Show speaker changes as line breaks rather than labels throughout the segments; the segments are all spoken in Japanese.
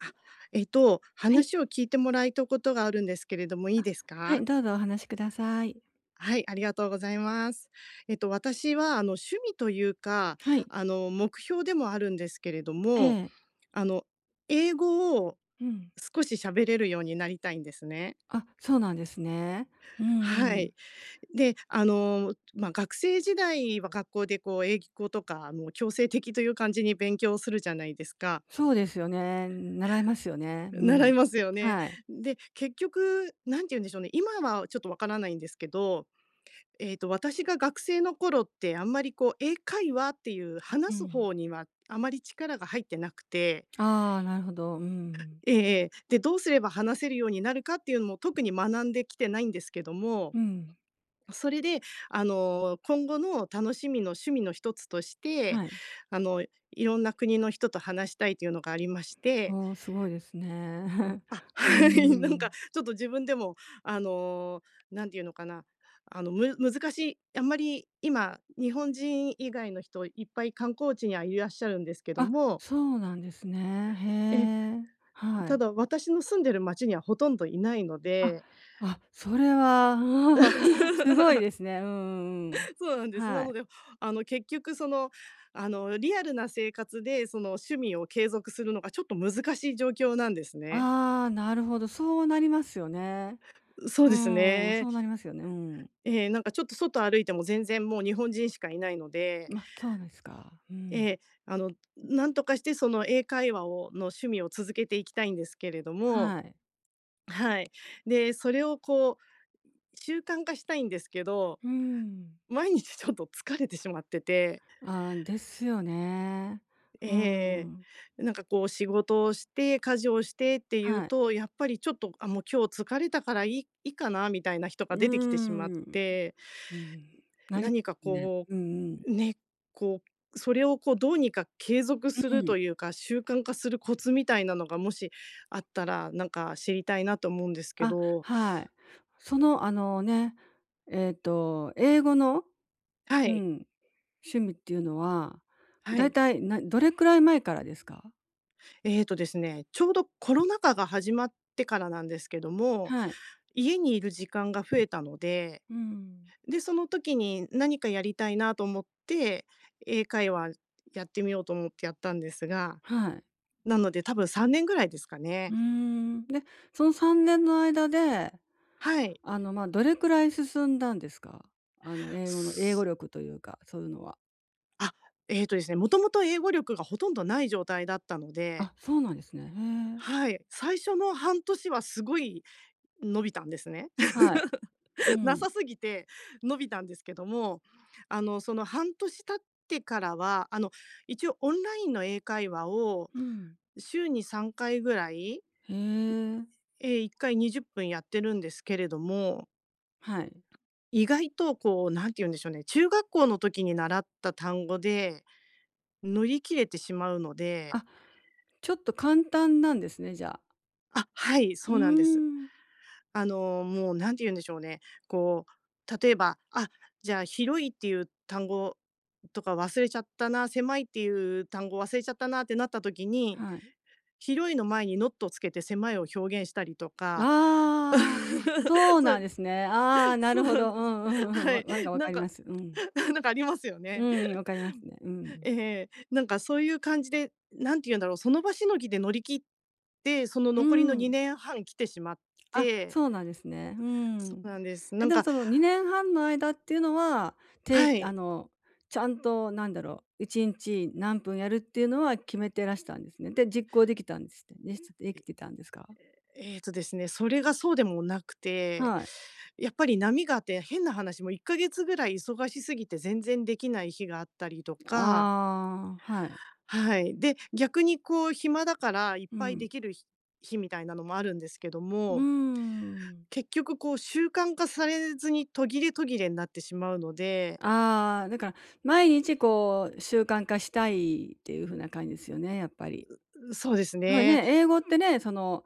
あ、
はい、
話を聞いてもらいたことがあるんですけれども、いいです
は
か？
い、どうぞお話しください。
はい、ありがとうございます。私は、趣味というか、
はい。
目標でもあるんですけれど
え
も、
え、
あの、英語を
うん。
少し喋れるようになりたいんですね。
あ、そうなんですね。うん
は
うん。
い。で、まあ、学生時代は学校でこう英語とか、強制的という感じに勉強するじゃないですか。
そうですよね。習いますよね。う
習
ん。
いますよね。
はい。
で、結局、なんて言うんでしょうね、今はちょっとわからないんですけど、私が学生の頃って、あんまりこう英会話っていう
う
話す
ん。
方には、あまり力が入ってなくて
ああ、なるほど。うん。
えええ。で、どうすれば話せるようになるかっていうのも特に学んできてないんですけども、
うん。
それで、今後の楽しみの趣味の一つとして、
はい。
あの、いろんな国の人と話したいというのがありまして、
おお、すごいですね。
あ、
う
はい、なんか
ん。
ちょっと自分でも、あの、何ていうのかな、難しい、あんまり今、日本人以外の人、いっぱい観光地にはいらっしゃるんですけど
あ、
も、
そうなんですね。
え、
へえ。は
た
い。
だ私の住んでる町にはほとんどいないの
あ、
で。
あ、それは すごい ですね。うんうんうん。
そうなんです。
は
なの
い。
で、結局その、リアルな生活で、その、趣味を継続するのがちょっと難しい状況なんですね。
ああ、なるほど、そうなりますよね。
そう
う
です
ーん、そ
ね。
うなりますよね。うん。
ええ、なんかちょっと外歩いても全然もう日本人しかいないので
ま、そうですか。う
え
ん。
え、あの、なんとかしてその英会話をの趣味を続けていきたいんですけれども、
はい。
はい。で、それをこう習慣化したいんですけど、
うーん。
毎日ちょっと疲れてしまってて、
ああ、ですよね。うー
ええ
ん。
なんかこう仕事をして、家事をしてっていう
はい。
と、やっぱりちょっと、あ、もう今日疲れたからいいかなみたいな人
う
が出てきてしまっ
ーん。
て、
うん。なり
何か
ね。
こ
うんうん。
う、ね、こう、それをこうどうにか継続す
う
る
ん。
というか、習慣化するコツみたいなのがもしあったら、なんか知りたいなと思うんですけ
あ、
ど。
はい。その、あのね、えっと、英語の、
は
う
い、
ん、趣味っていうのは、
は
だい
い。
たい、どれくらい前からですか？
えーとですね、ちょうどコロナ禍が始まってからなんですけども、
はい。
家にいる時間が増えたので、
うん。
で、その時に何かやりたいなと思って、英会話やってみようと思ってやったんですが、
はい。
なので多分3年ぐらいですか
う
ね。
ーん。で、その3年の間で
はい。
どれくらい進んだんですか？あの、英語の英語力というか、そういうのは。
あ、えーとですね、もともと英語力がほとんどない状態だったので、
あ、そうなんですね。へえ。
はい、最初の半年はすごい伸びたんですね。
はい。う
な
ん。
さすぎて伸びたんですけども、その半年経ってからは、一応オンラインの英会話を
うん。
週に3回ぐらい、
へえ。
1回20分やってるんですけれども、
はい。
意外とこう、なんて言うんでしょうね、中学校の時に習った単語で乗り切れてしまうので、
あ、ちょっと簡単なんですね、じゃあ。
あ、はい、
うー
そうなんです。
ん。
もうなんて言うんでしょうね、こう、例えば、あ、じゃあ広いっていう単語とか忘れちゃったな、狭いっていう単語忘れちゃったなってなった時に、
はい。
広いの前にノットをつけて狭いを表現したりとか。
ああ、そ う
そ
なん
う、
ですね。ああ、な
そ
る
う
ほ
なん
ど。
で
う
す。
んう んうん。
はい。
なんかわ
な
か
ん
りま
か
す。うん。
なんかありますよ
う
ね。
んうんわかりますね。う ん。
ええ。なんかそういう感じで、なんて言うんだろう、その場しのぎで乗り切って、その
う
残り
ー
の
ん。
2年半来てしまっ
あ、
て、
そうなんですね。うー
そ
ん。
うなんです。
え、
なん
でも
か、
その2年半の間っていうのは、て
は
あ
い。
の、ちゃんとなんだろう、1日何分やるっていうのは決めてらしたんですね。で、実行できたんですってでしでき
え
てたんですか？
えーとですね、それがそうでもなくて、
はい。
やっぱり波があって、変な話、もう1か月ぐらい忙しすぎて全然できない日があったりとか、
ああ、はい。
はい。で、逆にこう暇だからいっ
う
ぱい
ん。
できる日みたいなのもあるんですけど
うー
も、
ん。
結局こう習慣化されずに途切れ途切れになってしまうので、
ああ、だから毎日こう習慣化したいっていう風な感じですよね、やっぱり。
そうです
なんか
ね。
ね、英語ってね、その、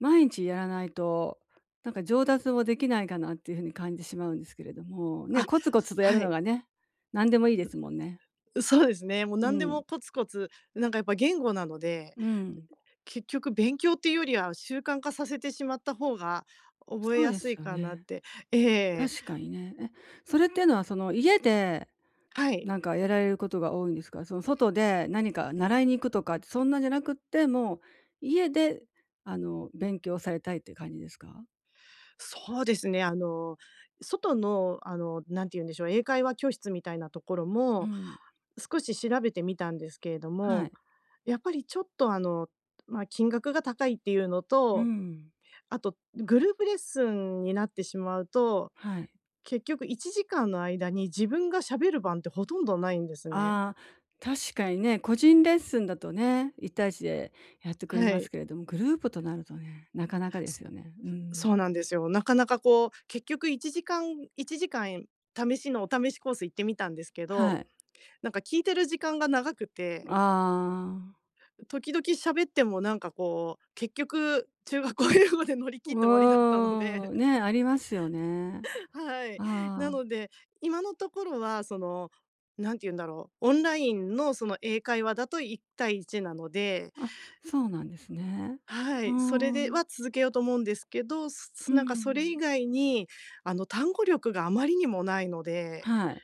毎日やらないと、なんか上達もできないかなっていう風に感じてしまうんですけれども、ね、
あ、
コツコツとやる
は
の
い。
がね、何でもいいですもんね。
そうですね、もう
う
何で
ん。
もコツコツ、なんかやっぱ言語なので
うん。
結局勉強っていうよりは、習慣化させてしまった方が覚え
そう
や
で
すい
すよ
かなっ
ね。
て。ええ、
確かにね。え、それっていうのはその家で、
はい。
なんかやられることが多いんですか？その外で何か習いに行くとか、そんなんじゃなくって、もう家で、あの、勉強されたいっていう感じですか？
そうですね、外の、なんて言うんでしょう、英会話教室みたいなところ
う
も、
ん。
少し調べてみたんですけれど
は
も、
い。
やっぱりちょっとまあ、金額が高いっていうの
う
と、
ん。
あとグループレッスンになってしまうと、
はい。
結局1時間の間に自分が喋る番ってほとんどないんですね。
ああ、確かにね、個人レッスンだとね、一対一でやってくれ
は
ます
い。
けれども、グループとなるとね、なかなかですよね。うん。
そうなんですよ。なかなかこう、結局1時間試しのお試しコース行ってみたんですけ
は
ど、
い。
なんか聞いてる時間が長くて、
ああ、
時々喋ってもなんかこう、結局中学校英語で乗り切って終わりだ
う
ったので、
ーん、ね、ありますよね。
はい。な
あ
ので、今のところはその、何て言うんだろう、オンラインのその英会話だと1対1なので、
あ、あ、そうなんですね。
は
うー
い、それで
ん、
は続けようと思うんですけど、す
う
なんかそれ
ん。
以外に、単語力があまりにもないので、
はい。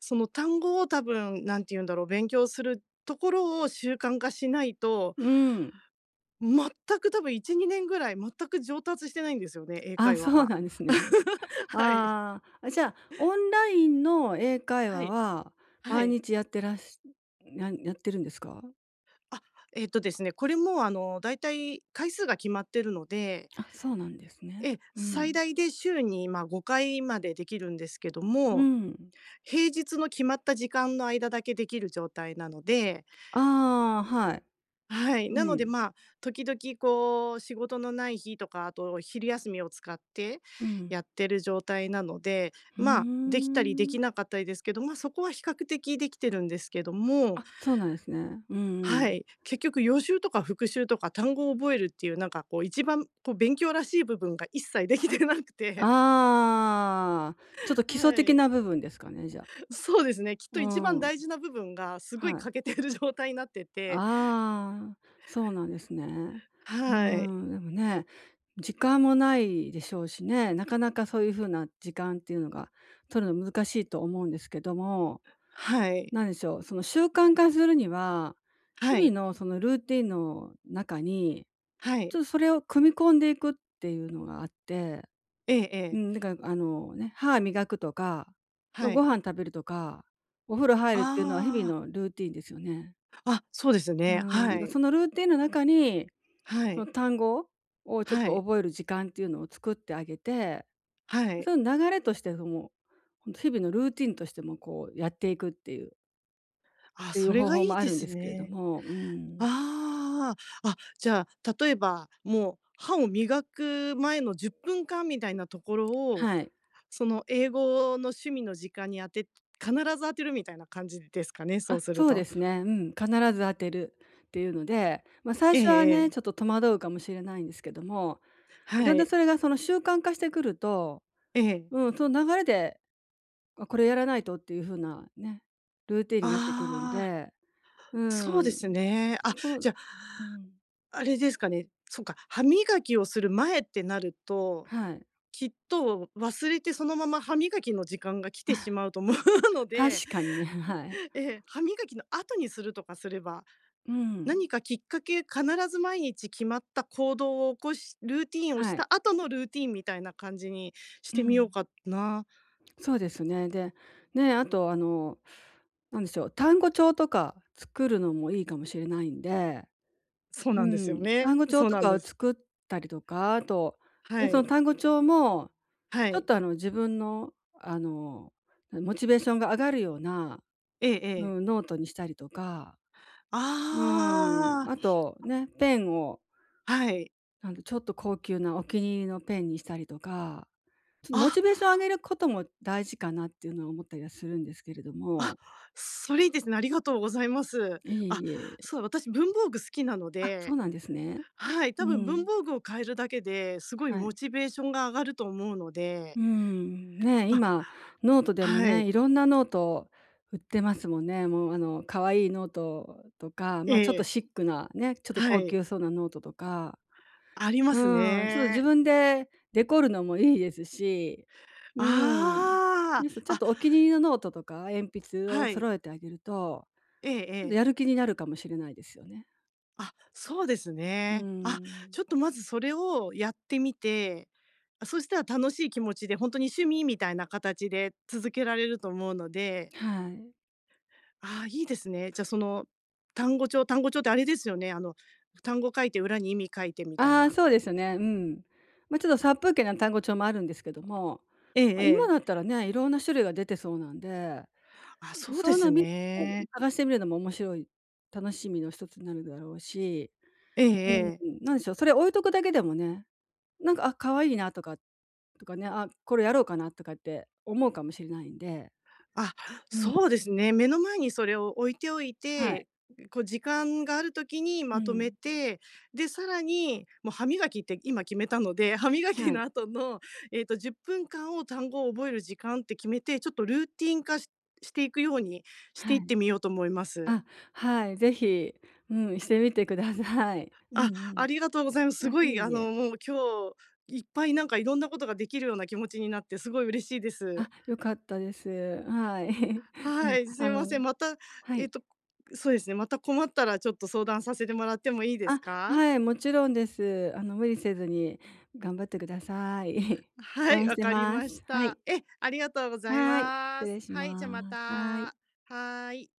その単語を多分、何て言うんだろう、勉強するところを習慣化しないと、
うん。
全く多分1、2年ぐらい全く上達してないんですよね、英
あ、
会話
そう
が。
なんですね。
はい。
ああ、あ、じゃあ、オンラインの英会
は
話
い。
は
は
毎
い。
日やってるんですか？
あ、えっとですね、これもだいたい回数が決まってるので、
あ、そうなんですね。う
最
ん。
大で週に、ま、5回までできるんですけど
う
も、
ん。
平日の決まった時間の間だけできる状態なので、
ああ、はい。
はい。な
う
ので、
ん。
まあ、時々こう仕事のない日とか、あと昼休みを使って
うん。
やってる状態なので、
うー
まあ、できたりでき
ん。
なかったりですけど、まあ、そこは比較的できてるんですけども、
あ、そうなんですね。うんう
は
ん。
い。結局予習とか復習とか単語を覚えるっていう、なんかこう一番こう勉強らしい部分が一切できてなくて、
ああ、ちょっと 基礎
は
的
い。
な部分ですかね、じゃあ。
そうですね。きっと
う
一番
ん。
大事な部分がすごい
はい。
欠けてる状態になってて、
ああ、そうなんですね。うー
はい。
ん、でもね、時間もないでしょうしね、なかなかそういう風な時間っていうのが取るの難しいと思うんですけども、
はい。
なんでしょう、その習慣化するには、
は
日
い。
々のそのルーティンの中に、
は
ちょ
い。
っとそれを組み込んでいくっていうのがあって、
えええ
う
え。
ん、だからあのね、歯磨くとか、ま、
は
ご
い。
飯食べるとか、お風呂入るっていうのは日々
あ
のルーティンですよね。
あ、あ、そうです
うー
ね。
ん、なん
は
か
い。
そのルーティンの中に、
は
その
い。
単語をちょっ
は
と
い。
覚える時間っていうのを作ってあげて、
はい。
その流れとしてその、ほんと日々のルーティンとしてもこうやっていくっていうっ
あ、
てい
そ
う
れ
方
が
法
い
も
い
あ
で
るんで
す
すけれど
ね。
も、うーん。
ああ、あ、じゃあ、例えば、もう歯を磨く前の10分間みたいなところを、
はい。
その英語の趣味の時間に必ず当てるみたいな感じですかね、そう
あ、
する
そうで
と。
すね。うん、必ず当てるっていうので、まあ、最
ええ
初はね、
ええ。
ちょっと戸惑うかもしれないんですけども、
は
だんだん
い。
それがその習慣化してくると、
ええ。
うん、その流れで、あ、これやらないとっていう風なね、ルーティンになってくるん
ああ、
で、う
そうで
ん、
すね。
そ
あ、
こ
じゃあ
うん、
あれですかね、そっか、歯磨きをする前ってなると、
はい。
きっと忘れてそのまま歯磨きの時間が来てしまうと思う ので、
確かにね、はい。
ええ、歯磨きの後にするとかすれば、
うん、
何かきっかけ必ず毎日決まった行動を起こしルーティンを
は
し
い。
た後のルーティンみたいな感じにし
う
てみよう
ん、
かな。
そうですね。で、ね、あとあの、なんでしょう、単語帳とか作るのもいいかもしれないんで、
そう
う
なんですよ
ん、
ね。
単語帳
そう
と
なん
か
で
を
す。
作ったりとか、あと、
は
で、その
い。
単語帳も、
は
ちょっ
い。
とあの、自分の、あの、モチベーションが上がるような、
ええ
う
ええ。
ん、ノートにしたりとか、うん、
あ
あとね、ペンを、
あ、はい。
なんだちょっと高級なお気に入りのペンにしたりとか、ちょっとモ
あ。
チベーションを上げることも大事かなっていうのは思ったりはするんですけれど
あ、
も。
それいいですね。ありがとうございます。
いえ
あ、
いえ。
そう、私文房具好きなの
あ、そう
で、
なんですね。
はい、
う
多分文
ん、
房具を変えるだけで、すごい
は
モ
い。
チベーションが上がると思うの
う
で、
ーん、ね、
あ、
今ノートでも
は
ね、
い、
いろんなノート売ってますもんね。もうあの可愛いノートとか、
え
ま、ちょっと
え、
シックなね、ちょっと
は
高
い、
級そうなノートとか、
あります
うん、ちょっと自
ね。
分でデコるのもいいですし、うん、
あ
ねち
あ、
ょっ
あ、
とお気に入りのノートとか鉛筆を
は
揃
い、
えてあげると、
えええ
ちょっとや
え。
る気になるかもしれないですよね。
あ、そうです
う
ね。あ、
ん、
ちょっとまずそれをやってみて、あ、そしたら楽しい気持ちで、本当に趣味みたいな形で続けられると思うので、
はい。
ああ、いいですね。じゃ、その、単語帳ってあれですよね、単語書いて裏に意味書いてみたい
ああ、
な。
そうですね。うん。まあ、ちょっと殺風景な単語帳もあるんですけども、
ええ
まあ、今
え
だっ
え。
たらね、いろんな種類が出てそうなんで、
あ、そう
そう
で
いうの
す
を
ね。
探してみるのも面白い楽しみの一つになるだろうし、
ええ
う
ええ。
ん、なんでしょう、それ置いとくだけでもね、なんか、あ、可愛いなとかあ、これやろうかなとかって思うかもしれないんで。
あ、
うん、
そうですね。目の前にそれを置いておい
はい。
て、こう時間がある時に
う
まとめ
ん。
て、で、さらに、もう歯磨きって今決めたので、歯磨
は
き
い。
の後の、10分間を単語を覚える時間って決めて、ちょっとルーティン化していくようにして
は
いっ
い。
てみようと思います。
あ、はい、ぜひ、うん、してみてください。うん
あ、
う
あ
ん。
りがとうございます。す
あ、
ご
いえ
い、
いえ。
もう今日いっぱいなんかいろんなことができるような気持ちになって、すごい嬉しいで
あ、
す。
良かったです。はい。う
は
ん。
い、すい
あ
ませ
の、
ん。また、
は
えっ
い。
と、そうですね、また困ったらちょっと相談させてもらってもいいです
あ、
か？
はい、もちろんです。あの、無理せずに頑張ってください。
は
応
い、
援し
わ
て
かり
ま
まし
す。は
た。
い。
ありがとうござい
はい。失
ます。
礼し
はい、じゃあま
ま
た。
す。はい。
はーい。